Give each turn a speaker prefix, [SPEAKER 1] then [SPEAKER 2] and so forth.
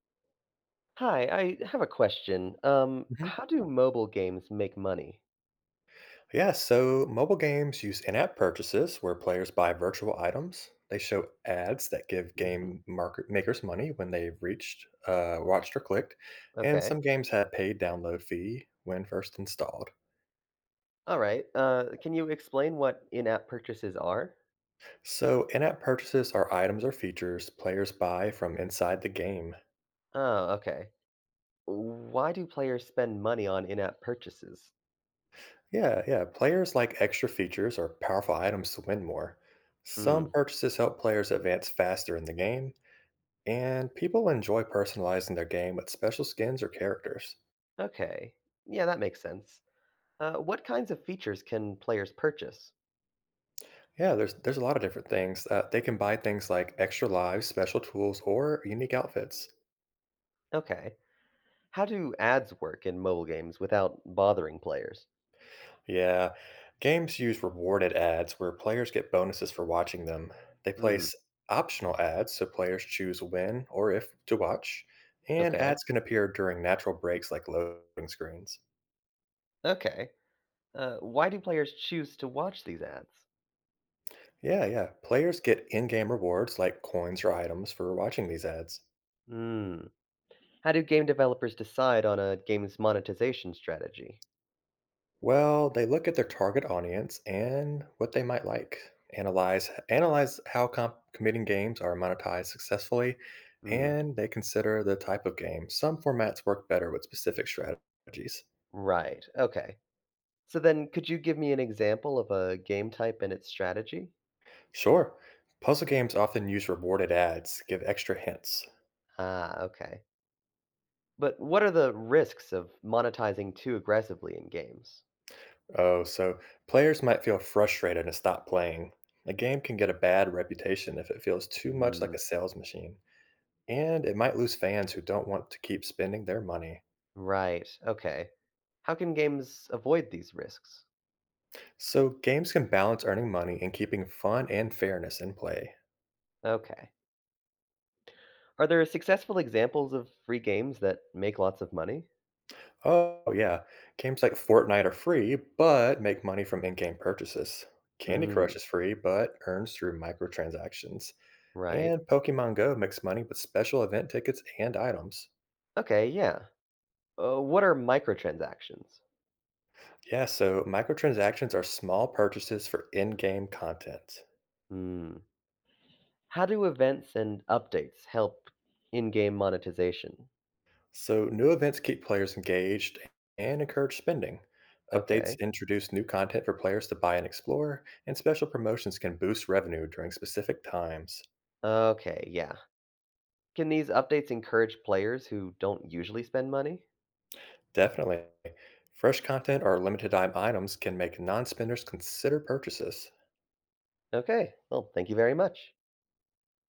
[SPEAKER 1] Hi, I have a question.
[SPEAKER 2] Mhm.
[SPEAKER 1] How do mobile games make money?
[SPEAKER 2] Yeah, so mobile games use in app purchases where players buy virtual items. They show ads that give
[SPEAKER 1] Hmm.
[SPEAKER 2] game market makers money when they've watched, or clicked. And
[SPEAKER 1] Okay.
[SPEAKER 2] some games have paid download fee when first installed.
[SPEAKER 1] All right. Can you explain what in-app purchases are?
[SPEAKER 2] So in app purchases are items or features players buy from inside the game.
[SPEAKER 1] Oh, okay. Why do players spend money on in-app purchases?
[SPEAKER 2] Yeah, yeah. Players like extra features or powerful items to win more.
[SPEAKER 1] Hmm.
[SPEAKER 2] Some purchases help players advance faster in the game, and people enjoy personalizing their game with special skins or characters.
[SPEAKER 1] Okay. Yeah, that makes sense. What kinds of features can players purchase?
[SPEAKER 2] Yeah, there's a lot of different things. They can buy things like extra lives, special tools, or unique outfits.
[SPEAKER 1] Okay. How do ads work in mobile games without bothering players?
[SPEAKER 2] Yeah, games use rewarded ads where players get bonuses for watching them. They
[SPEAKER 1] Hmm.
[SPEAKER 2] place optional ads so players choose when or if to watch, and
[SPEAKER 1] Okay.
[SPEAKER 2] ads can appear during natural breaks like loading screens.
[SPEAKER 1] Okay. Why do players choose to watch these ads?
[SPEAKER 2] Yeah, yeah. Players get in game rewards like coins or items for watching these ads.
[SPEAKER 1] Hmm. How do game developers decide on a game's monetization strategy?
[SPEAKER 2] Well, they look at their target audience and what they might like, analyze how committing games are monetized successfully,
[SPEAKER 1] Mm,
[SPEAKER 2] and they consider the type of game. Some formats work better with specific strategies.
[SPEAKER 1] right. Okay. So then, could you give me an example of a game type and its strategy?
[SPEAKER 2] Sure, puzzle games often use rewarded ads, give extra hints.
[SPEAKER 1] Ah, okay. But what are the risks of monetizing too aggressively in games?
[SPEAKER 2] Oh, so players might feel frustrated and stop playing. A game can get a bad reputation if it feels too much like
[SPEAKER 1] Mm,
[SPEAKER 2] a sales machine, and it might lose fans who don't want to keep spending their money.
[SPEAKER 1] right. Okay. How can games avoid these risks?
[SPEAKER 2] So games can balance earning money and keeping fun and fairness in play.
[SPEAKER 1] Okay. Are there successful examples of free games that make lots of money?
[SPEAKER 2] Oh yeah, games like Fortnite are free but make money from in-game purchases. Candy
[SPEAKER 1] Mm,
[SPEAKER 2] Crush is free but earns through microtransactions.
[SPEAKER 1] right.
[SPEAKER 2] And Pokemon Go makes money with special event tickets and items.
[SPEAKER 1] Okay, yeah. What are microtransactions?
[SPEAKER 2] Yeah, so microtransactions are small purchases for in-game content.
[SPEAKER 1] Hmm. How do events and updates help in-game monetization?
[SPEAKER 2] So, new events keep players engaged and encourage spending. Updates
[SPEAKER 1] Okay.
[SPEAKER 2] introduce new content for players to buy and explore, and special promotions can boost revenue during specific times.
[SPEAKER 1] Okay, yeah. Can these updates encourage players who don't usually spend money?
[SPEAKER 2] Definitely. Fresh content or limited time items can make non spenders consider purchases.
[SPEAKER 1] Okay. Well, thank you very much.